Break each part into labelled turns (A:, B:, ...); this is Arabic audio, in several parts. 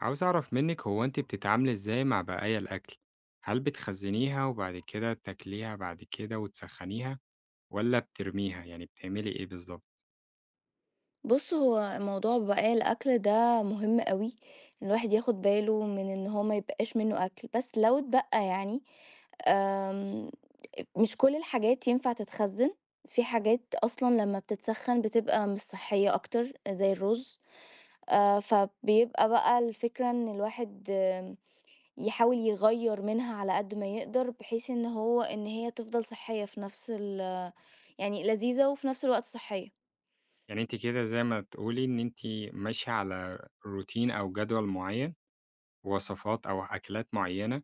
A: عاوز أعرف منِّك هو أنتِ بتتعاملي إزاي مع بقايا الأكل؟ هل بتخزّنيها وبعد كده تاكليها بعد كده وتسخّنيها والّا بترميها، يعني بتعملي إيه بالضبط؟
B: بُص، هو موضوع بقايا الأكل ده مهم أوي، الواحد ياخد باله من إن هو ما يبقاش منه أكل، بس لو اتبقى يعني آمم، مش كل الحاجات ينفع تتخزّن، في حاجات أصلًا لمّا بتتسخّن بتبقى مش صحية أكتر زي الرز، فبيبقى بقى الفكرة إن الواحد يحاول يغيّر منها على قد ما يقدر، بحيث إن هو إن هي تفضل صحية في نفس يعني لذيذة وفي نفس الوقت صحية.
A: يعني أنتِ كده زي ما تقولي إن أنتِ ماشية على روتين أو جدول معيّن، وصفات أو أكلات معيّنة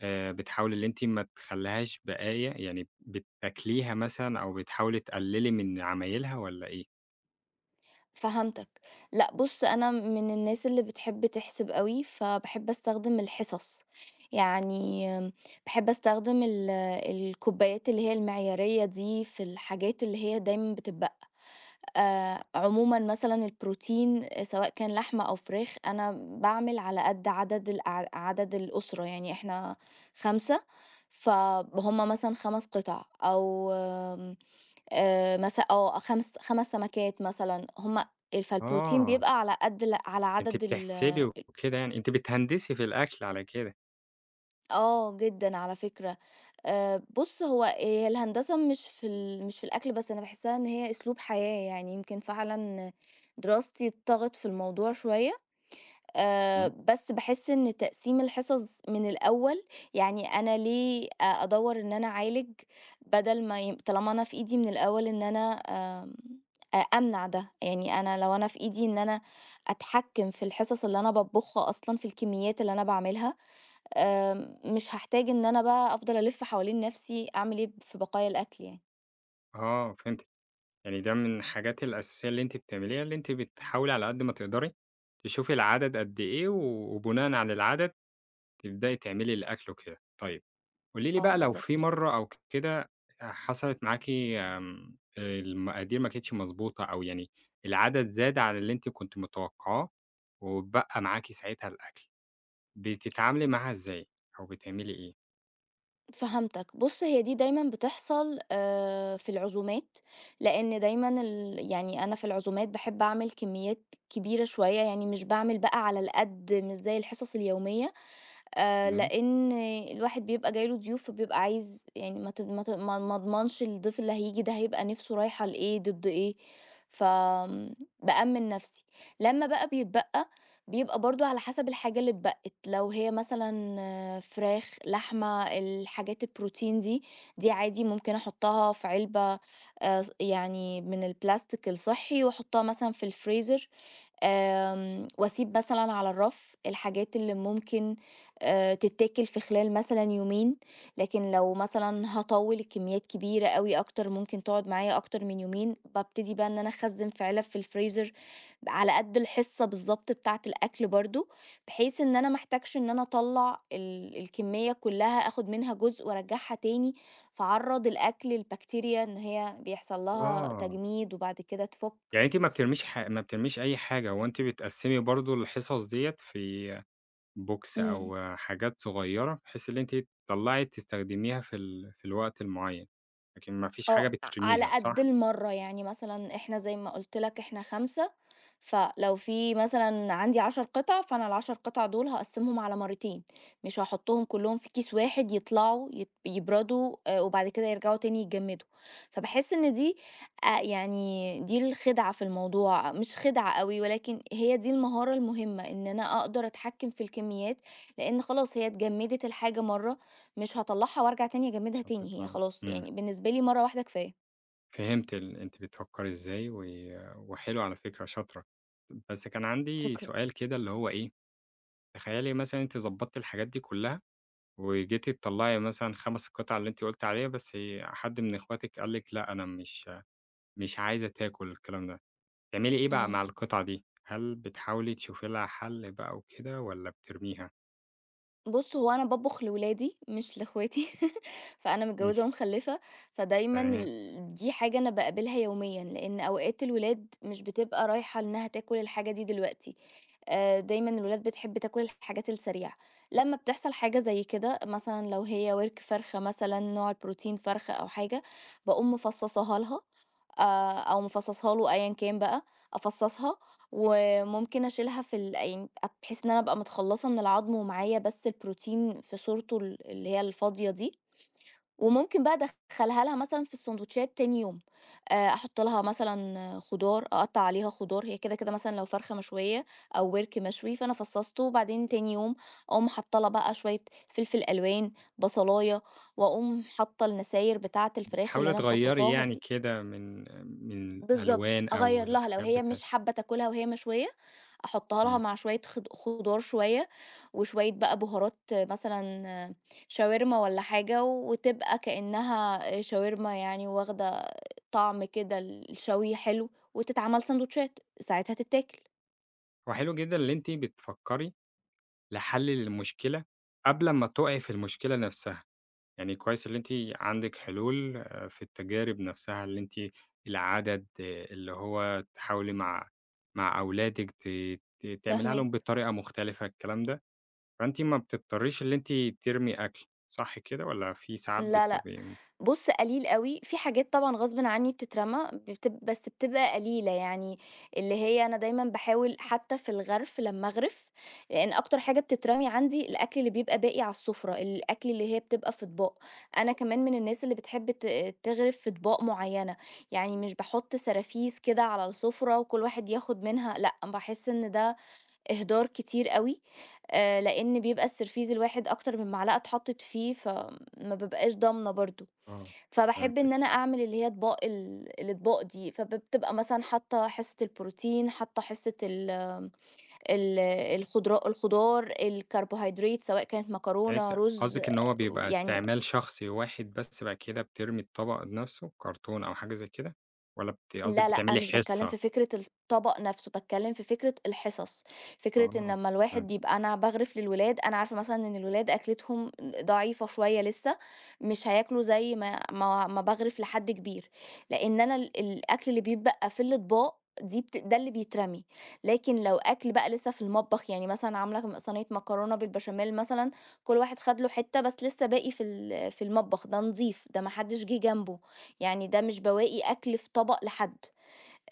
A: بتحاولي إن أنتِ ما تخلّيهاش بقايا، يعني بتاكليها مثلًا أو بتحاولي تقلّلي من عمايلها والّا إيه؟
B: فهمتك. لأ بُص، أنا من الناس اللي بتحب تحسب أوي، فباحب أستخدم الحِصَص. يعني باحب أستخدم الكوبايات اللي هي المعيارية دي في الحاجات اللي هي دايمًا بتتبقى. عمومًا مثلًا البروتين سواء كان لحمة أو فراخ، أنا باعمل على قد عدد الأسرة، يعني إحنا 5، فهُم مثلًا 5 قِطع أو مث آه 5 سمكات مثلًا، هم فالبروتين
A: آه،
B: بيبقى على قد ال على
A: أنتِ
B: عدد ال.
A: بتحسبي وكده يعني، أنتِ بتهندسي في الأكل على كده.
B: آه، جدًا على فكرة. بُص هي الهندسة مش في الأكل بس، أنا باحسّها إن هي أسلوب حياة، يعني يمكن فعلًا دراستي اتطغت في الموضوع شوية.
A: إمم.
B: بس باحس إن تقسيم الحصص من الأول، يعني أنا ليه أدوّر إن أنا أعالج بدل ما ي طالما أنا في إيدي من الأول إن أنا آمم، أ أمنع ده، يعني أنا لو أنا في إيدي إن أنا أتحكّم في الحصص اللي أنا باطبخها أصلًا، في الكميات اللي أنا باعملها، مش هاحتاج إن أنا بقى أفضل ألِف حوالين نَفْسي أعمل إيه في بقايا الأكل يعني.
A: آه فهمت، يعني ده من الحاجات الأساسية اللي أنتِ بتعمليها، اللي أنتِ بتحاولي على قد ما تقدري تشوفي العدد قد إيه، و- وبناءً على العدد تبدئي تعملي الأكل وكده. طيب قولي لي
B: آه،
A: بقى لو في
B: بالضبط.
A: مرّة أو كده حصلت معاكِ المقادير ما كانتش مضبوطة أو يعني العدد زاد عن اللي أنتِ كنتِ متوقعاه، واتبقى معاكِ ساعتها الأكل، بتتعاملي معاها إزاي أو بتعملي إيه؟
B: فهمتك. بُص، هي دي دايمًا بتحصل في العزومات، لإن دايمًا يعني أنا في العزومات باحب أعمل كميات كبيرة شوية، يعني مش باعمل بقى على القد مش زي الحصص اليومية،
A: تمام.
B: لإن الواحد بيبقى جاي له ضيوف، فبيبقى عايز يعني ما ت ما ت ما ما اضمنش الضيف اللي هييجي ده هيبقى نِفْسه رايحة لإيه، ضد إيه، فآمم بأمِّن نَفْسي. لمّا بقى بيتبقى، بيبقى برضه على حسب الحاجة اللي اتبقِت، لو هي مثلًا فراخ، لحمة، الحاجات الprotein دي، دي عادي ممكن أحُطّها في علبة ص يعني من البلاستيك الصحّي وأحُطّها مثلًا في الفريزر. وأسيب مثلًا على الرف الحاجات اللي ممكن تتاكل في خلال مثلًا يومين، لكن لو مثلًا هاطوّل الكميات كبيرة أوي أكتر ممكن تقعد معايا أكتر من يومين، بابتدي بقى إن أنا أخزّن في علب في الfreezer على قد الحصة بالضبط بتاعة الأكل برضه، بحيث إن أنا ما احتاجش إن أنا أطلّع الكمية كلّها آخد منها جزء وأرجّعها تاني، فاعرّض الأكل لبكتيريا إن هي بيحصل لها
A: آه،
B: تجميد وبعد كده تفُك.
A: يعني أنتِ ما بترميش ما بترميش أي حاجة، هو أنتِ بتقسّمي برضه الحصص ديّة في بوكس
B: إمم.
A: أو حاجات صغيّرة، بحيث اللي أنتِ تطلّعي تستخدميها في الوقت المعيّن، لكن ما فيش حاجة
B: آه، على
A: بترميها
B: قد
A: صح؟
B: المَرّة، يعني مثلًا إحنا زي ما قُلت لك إحنا 5، فلو في مثلًا عندي 10 قطع، فأنا ال10 قطع دول هاقسّمهم على مرّتين، مش هاحطّهم كلّهم في كيس واحد يطلعوا يبردوا وبعد كده يرجعوا تاني يتجمّدوا، فباحس إن دي يعني دي الخدعة في الموضوع، مش خدعة أوي ولكن هي دي المهارة المهمة، إن أنا أقدر أتحكّم في الكميات، لإن خلاص هي اتجمّدت الحاجة مرّة مش هاطلّعها وارجع تاني اجمّدها
A: عشان
B: تاني، هي
A: تطلع.
B: خلاص
A: إمم،
B: يعني بالنسبة لي مرّة واحدة كفاية.
A: فهمت أنتِ بتفكّري إزاي و وحلو على فكرة شاطرة. بس كان عندي
B: شكرًا.
A: سؤال كده اللي هو إيه، تخيّلي مثلًا أنتِ ضبّطتِ الحاجات دي كلّها وجيتِ تطلّعي مثلًا 5 قطع اللي أنتِ قُلتِ عليها، بس حد من إخواتِك قال لِك لأ، أنا مش عايزة تاكل الكلام ده. بتعملي إيه بقى
B: إمم.
A: مع القطعة دي؟ هل بتحاولي تشوفي لها حل بقى وكده والّا بترميها؟
B: بُص، هو أنا باطبخ لولادي مش لاخواتي. فأنا متجوّزة
A: ماشي.
B: ومخلّفة، فدايمًا
A: تمام.
B: دي حاجة أنا باقابلها يوميًا، لإن أوقات الولاد مش بتبقى رايحة إنها تاكل الحاجة دي دلوقتي، دايمًا الولاد بتحب تاكل الحاجات السريعة. لمّا بتحصل حاجة زي كده، مثلًا لو هي وِرك فرخة مثلًا، نوع البروتين فرخة أو حاجة، باقوم مفصّصاها لها أو مفصّصاها له أيًا كان بقى، أفصّصها وممكن أشيلها في يعني بحيث إن أنا أبقى متخلّصة من العضم ومعايا بس البروتين في صورته اللي هي الفاضية دي، وممكن بقى أدخّلها لها مثلًا في السندوتشات تاني يوم، أحُط لها مثلًا خضار، أقطّع عليها خضار، هي كده، كده مثلًا لو فرخة مشوية أو ورك مشوي، فأنا فصّصته وبعدين تاني يوم أقوم حاطّة لها بقى شوية فلفل ألوان، بصلاية، وأقوم حاطّة النساير بتاعة الفراخ اللي
A: بتحاولي
B: أنا
A: تغيّري
B: مفصّصاها
A: يعني
B: دي.
A: كده من
B: بالضبط،
A: الألوان أو
B: أغيّر لها لو
A: الحاجات
B: هي
A: بتاع.
B: مش حابة تاكلها وهي مشوية، أحطها لها
A: إمم.
B: مع شوية خضار شوية، وشوية بقى بهارات مثلًا آه، شاورما والّا حاجة، وتبقى كأنها شاورما يعني واخدة طعم كده الشوي حلو، وتتعمل ساندوتشات، ساعتها تتاكل.
A: هو حلو جدًا اللي أنتِ بتفكّري لحل للمشكلة قبل ما تُقعي في المشكلة نفسها. يعني كويس اللي أنتِ عندِك حلول في التجارب نفسها اللي أنتِ العدد، اللي هو تحاولي مع أولادِك ت ت تعمليها لهم
B: فاهماك.
A: بطريقة مختلفة، الكلام ده؟ فأنتِ ما بتضطريش اللي أنتِ ترمي أكل، صح كده والّا في ساعات
B: لا، لأ،
A: بتبقي
B: بُص قليل أوي، في حاجات طبعًا غصبٍ عني بتترمى بس بتبقى قليلة يعني، اللي هي أنا دايمًا باحاول حتى في الغرف لمّا أغرف، لإن أكتر حاجة بتترمي عندي الأكل اللي بيبقى باقي على السفرة، الأكل اللي هي بتبقى في أطباق، أنا كمان من الناس اللي بتحب تغرف في أطباق معيّنة، يعني مش باحط سرافيس كده على السفرة وكل واحد ياخد منها لأ، باحس إن ده إهدار كتير أوي، لإن بيبقى السرفيس الواحد أكتر من معلقة اتحطت فيه، فما بابقاش ضامنة برضه.
A: آه،
B: فباحب
A: فهمتِك.
B: إن أنا أعمل اللي هي أطباق ال الأطباق دي، فبتبقى مثلًا حاطة حصة البروتين، حاطة حصة ال ال الخضرا الخضار، الكربوهيدرات سواء كانت
A: يعني
B: مكرونة،
A: أنتِ
B: رز،
A: قصدِك إن هو بيبقى
B: يعني
A: استعمال شخصي واحد بس، بعد كده بترمي الطبق نَفْسه، كرتون أو حاجة زي كده والّا قصدِك
B: لا، لأ،
A: بتعملي
B: مش باتكلّم
A: حصة؟
B: في فكرة الطبق نَفْسه، باتكلّم في فكرة الحِصَص، فكرة
A: آه،
B: إن لمّا
A: فهمت.
B: الواحد يبقى أنا باغرِف للولاد، أنا عارفة مثلًا إن الولاد أكلتهم ضعيفة شوية لسه، مش هياكلوا زي ما باغرِف لحد كبير، لإن أنا الأكل اللي بيتبقى في الأطباق دي ده اللي بيترمي، لكن لو أكل بقى لسه في المطبخ، يعني مثلًا عاملة صينية مكرونة بالبشاميل مثلًا، كل واحد خَد له حتّة بس لسه باقي في ال في المطبخ، ده نضيف، ده ما حدّش جِه جنبه، يعني ده مش بواقي أكل في طبق لحد.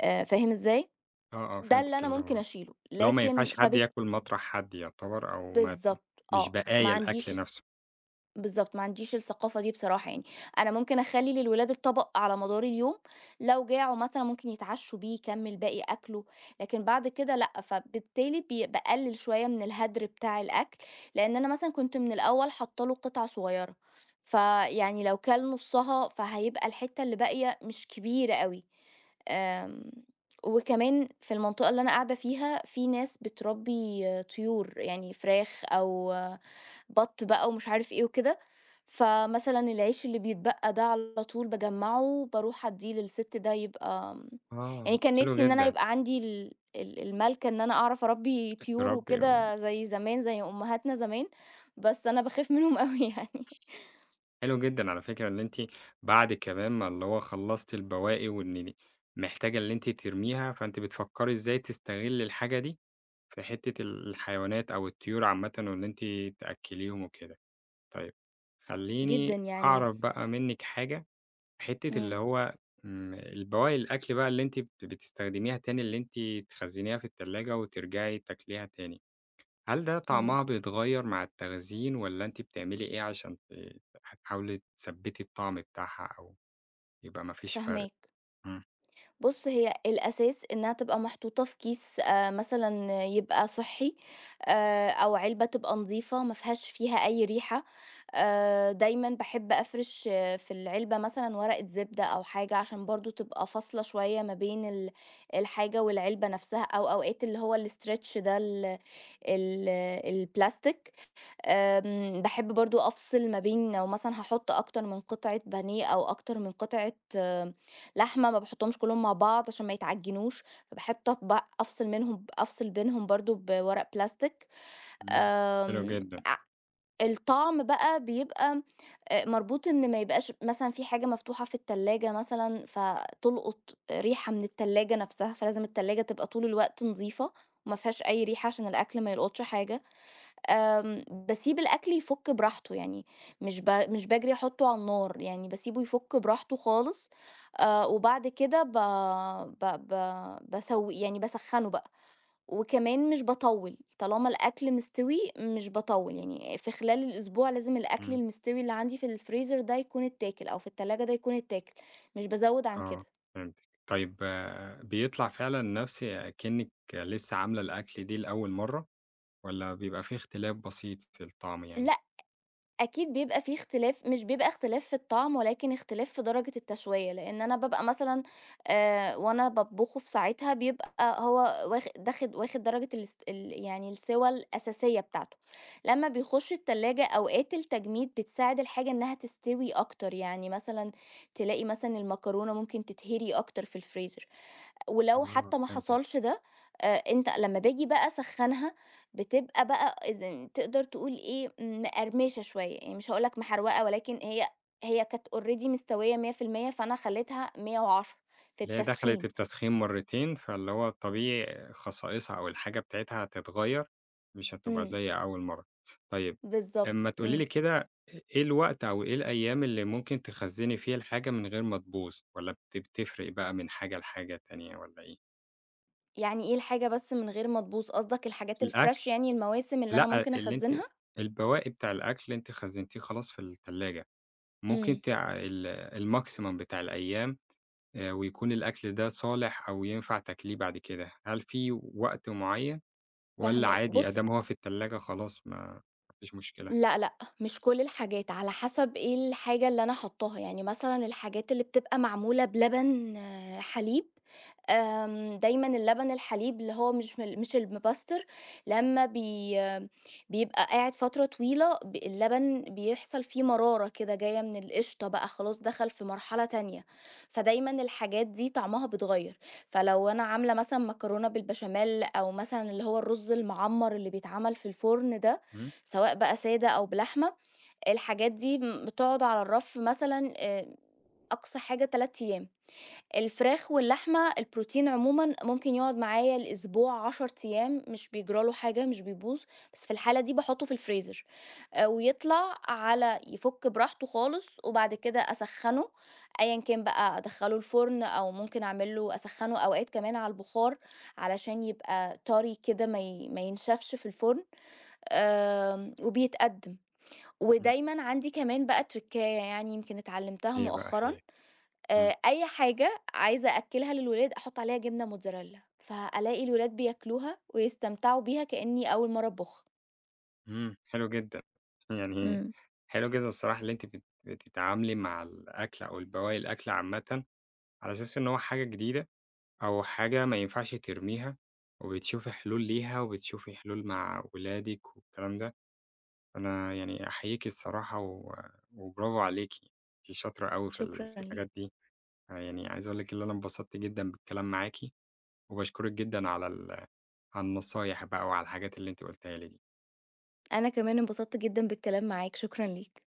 B: فاهم إزاي؟
A: آه، آه،
B: ده اللي
A: فهمتِك.
B: أنا
A: اللي هو
B: ممكن أشيله،
A: اللي هو ما
B: لكن
A: ينفعش حد ياكل مطرح حد يعتبر أو ما.
B: فبالضبط،
A: مش
B: ما
A: بقايا
B: عنديش
A: الأكل
B: الس
A: نَفْسه.
B: بالضبط، ما عنديش الثقافة دي بصراحة يعني، أنا ممكن أخلّي للولاد الطبق على مدار اليوم، لو جاعوا مثلًا ممكن يتعشوا بيه، يكمّل باقي أكله، لكن بعد كده لأ، فبالتالي باقلّل شوية من الهدر بتاع الأكل، لإن أنا مثلًا كنت من الأول حاطة له قطع صغيرة، فيعني لو كَل نُصّها فهيبقى الحتة اللي باقية مش كبيرة أوي، آمم، وكمان في المنطقة اللي أنا قاعدة فيها في ناس بتربي طيور، يعني فراخ أو بَط بقى ومش عارف إيه وكده، فمثلًا العيش اللي بيتبقى ده على طول باجمّعه، باروح أدّيه للست ده يبقى.
A: آه،
B: يعني كان
A: حلو
B: نِفْسي إن أنا
A: جدًا.
B: يبقى عندي ال ال المَلكة إن أنا أعرف أربّي طيور
A: بتربّي و.
B: وكده زي زمان، زي أمهاتنا زمان، بس أنا باخاف منهم أوي يعني
A: حلو جدًا على فكرة إن أنتِ بعد كمان ما اللي هو خلّصتِ البواقي وإن محتاجة اللي أنتِ ترميها، فأنتِ بتفكّري إزاي تستغلّي الحاجة دي في حتّة الحيوانات أو الطيور عامةً وإن أنتِ تأكّليهم وكده. طيب خلّيني
B: جدًا يعني.
A: أعرف بقى منِّك حاجة، حتّة اللي
B: إمم،
A: هو. البواقي الأكل بقى اللي أنتِ بتستخدميها تاني، اللي أنتِ تخزّنيها في التلاجة وترجعي تاكليها تاني. هل ده
B: إمم،
A: طعمها بيتغيّر مع التخزين والّا أنتِ بتعملي إيه عشان هتحاولي تثبّتي الطعم بتاعها أو يبقى ما فيش فرْق؟
B: فاهماك.
A: إمم.
B: بُص، هي الأساس إنها تبقى محطوطة في كيس مثلًا يبقى صحّي أو علبة تبقى نضيفة ما فيهاش أي ريحة، دايمًا باحب أفرش في العلبة مثلًا ورقة زبدة أو حاجة عشان برضه تبقى فاصلة شوية ما بين الحاجة والعلبة نفسها أو أوقات اللي هو الstretch ده ال ال البلاستيك. باحب برضه أفصل ما بين لو مثلًا هاحط أكتر من قطعة بانيه أو أكتر من قطعة لحمة، ما باحطهمش كلّهم مع بعض عشان ما يتعجنوش، فباحط أفصل بينهم برضه بورق بلاستيك.
A: إمم. حلو
B: آمم،
A: جدًا.
B: الطعم بقى بيبقى مربوط إن ما يبقاش مثلًا في حاجة مفتوحة في التلاجة مثلًا فتلقط ريحة من التلاجة نفسها، فلازم التلاجة تبقى طول الوقت نضيفة وما فيهاش أي ريحة عشان الأكل ما يلقطش حاجة. باسيب الأكل يفُك براحته، يعني مش باجري أحطه على النار، يعني باسيبه يفُك براحته خالص، وبعد كده ب ب ب باسو يعني باسخّنه بقى، وكمان مش باطوّل، طالما الأكل مستوي مش باطوّل، يعني في خلال الأسبوع لازم الأكل
A: إمم.
B: المستوي اللي عندي في الفريزر ده يكون اتاكل، أو في التلاجة ده يكون اتاكل، مش بازوّد عن
A: آه
B: كده.
A: فهمتِك. طيب آه، بيطلع فعلًا نَفْس أكنِّك لسه عاملة الأكلة دي لأول مرّة والّا بيبقى في اختلاف بسيط في الطعم يعني؟
B: لأ، أكيد بيبقى في اختلاف مش بيبقى اختلاف في الطعم، ولكن اختلاف في درجة التشوية، لإن أنا بابقى مثلًا وأنا باطبخه في ساعتها بيبقى هو واخد درجة الاس ال يعني السِوَى الأساسية بتاعته، لمّا بيخش التلاجة أوقات التجميد بتساعد الحاجة إنها تستوي أكتر، يعني مثلًا تلاقي مثلًا المكرونة ممكن تتهري أكتر في الفريزر، ولو
A: آه
B: حتى ما
A: فهمتِك.
B: حصلش ده انت لما باجي بقى اسخنها بتبقى بقى إذن تقدر تقول ايه مقرمشه شويه، يعني مش هقولك محروقه ولكن هي كانت اوريدي مستويه 100%، فانا خليتها 110 في
A: اللي هي دخلت
B: التسخين.
A: التسخين مرّتين، فاللي هو الطبيعي خصائصها أو الحاجة بتاعتها هتتغيّر، مش هتبقى
B: امم
A: زي أول مرّة. طيب أمّا
B: بالظبط.
A: تقولي لي كده إيه الوقت أو إيه الأيام اللي ممكن تخزّني فيها الحاجة من غير ما تبوظ والّا بتفرق بقى من حاجة لحاجة تانية والّا إيه؟
B: يعني ايه الحاجه بس من غير ما تبوظ؟ قصدك الحاجات الفريش
A: الأكل
B: يعني المواسم اللي انا
A: لأ،
B: ممكن
A: اللي أنتِ
B: اخزنها؟
A: البواقي بتاع الأكل اللي أنتِ خزّنتيه خلاص في التلاجة، ممكن
B: امم
A: تع ال الMaximum بتاع الأيام، ويكون الأكل ده صالح أو ينفع تاكليه بعد كده، هل في وقت معيّن؟ والّا
B: فاهمك.
A: عادي
B: بص،
A: أدام هو في التلاجة خلاص ما فيش مشكلة؟
B: لأ، لأ، مش كل الحاجات، على حسب إيه الحاجة اللي أنا حاطّاها، يعني مثلًا الحاجات اللي بتبقى معمولة بلبن حليب دايمًا اللبن الحليب اللي هو مش المبستر لمّا بيبقى قاعد فترة طويلة اللبن بيحصل فيه مرارة كده جاية من القشطة بقى خلاص دخل في مرحلة تانية، فدايمًا الحاجات دي طعمها بيتغيّر، فلو أنا عاملة مثلًا مكرونة بالبشاميل أو مثلًا اللي هو الرز المعمّر اللي بيتعمل في الفرن ده،
A: إمم.
B: سواء بقى سادة أو بلحمة، الحاجات دي بتقعد على الرف مثلًا أقصى حاجة 3 أيام. الفراخ واللحمة البروتين عمومًا ممكن يقعد معايا لأسبوع، 10 أيام مش بيجرى له حاجة، مش بيبوظ، بس في الحالة دي باحطه في الفريزر ويطلع يفُك براحته خالص، وبعد كده أسخّنه أيًا كان بقى أدخّله الفرن أو ممكن أعمل له أسخّنه أوقات كمان على البخار علشان يبقى طري كده ما ينشفش في الفرن. وبيتقدّم.
A: إمم.
B: ودايمًا عندي كمان بقى تركاية يعني يمكن اتعلمتها
A: إيه بقى
B: مؤخرًا،
A: هي؟ إمم.
B: أي حاجة عايزة أأكّلها للولاد أحُط عليها جبنة موتزاريلا، فألاقي الولاد بياكلوها ويستمتعوا بيها كإنّي أول مرّة أطبخها.
A: إمم. حلو جدًا. يعني
B: إمم،
A: حلو جدًا الصراحة اللي أنتِ بتتعاملي مع الأكل أو البواقي الأكل عامةً على أساس إن هو حاجة جديدة أو حاجة ما ينفعش ترميها، وبتشوفي حلول ليها وبتشوفي حلول مع ولادِك والكلام ده، أنا يعني أحييكِ الصراحة و وبرافو عليكِ، أنتِ شاطرة أوي في
B: شكرًا ليك.
A: الحاجات دي، يعني عايز أقول لِك اللي أنا انبسطت جدًا بالكلام معاكِ. وباشكرِك جدًا على النصايح بقى وعلى الحاجات اللي أنتِ قُلتيها لي دي.
B: أنا كمان انبسطت جدًا بالكلام معاك، شكرًا ليك.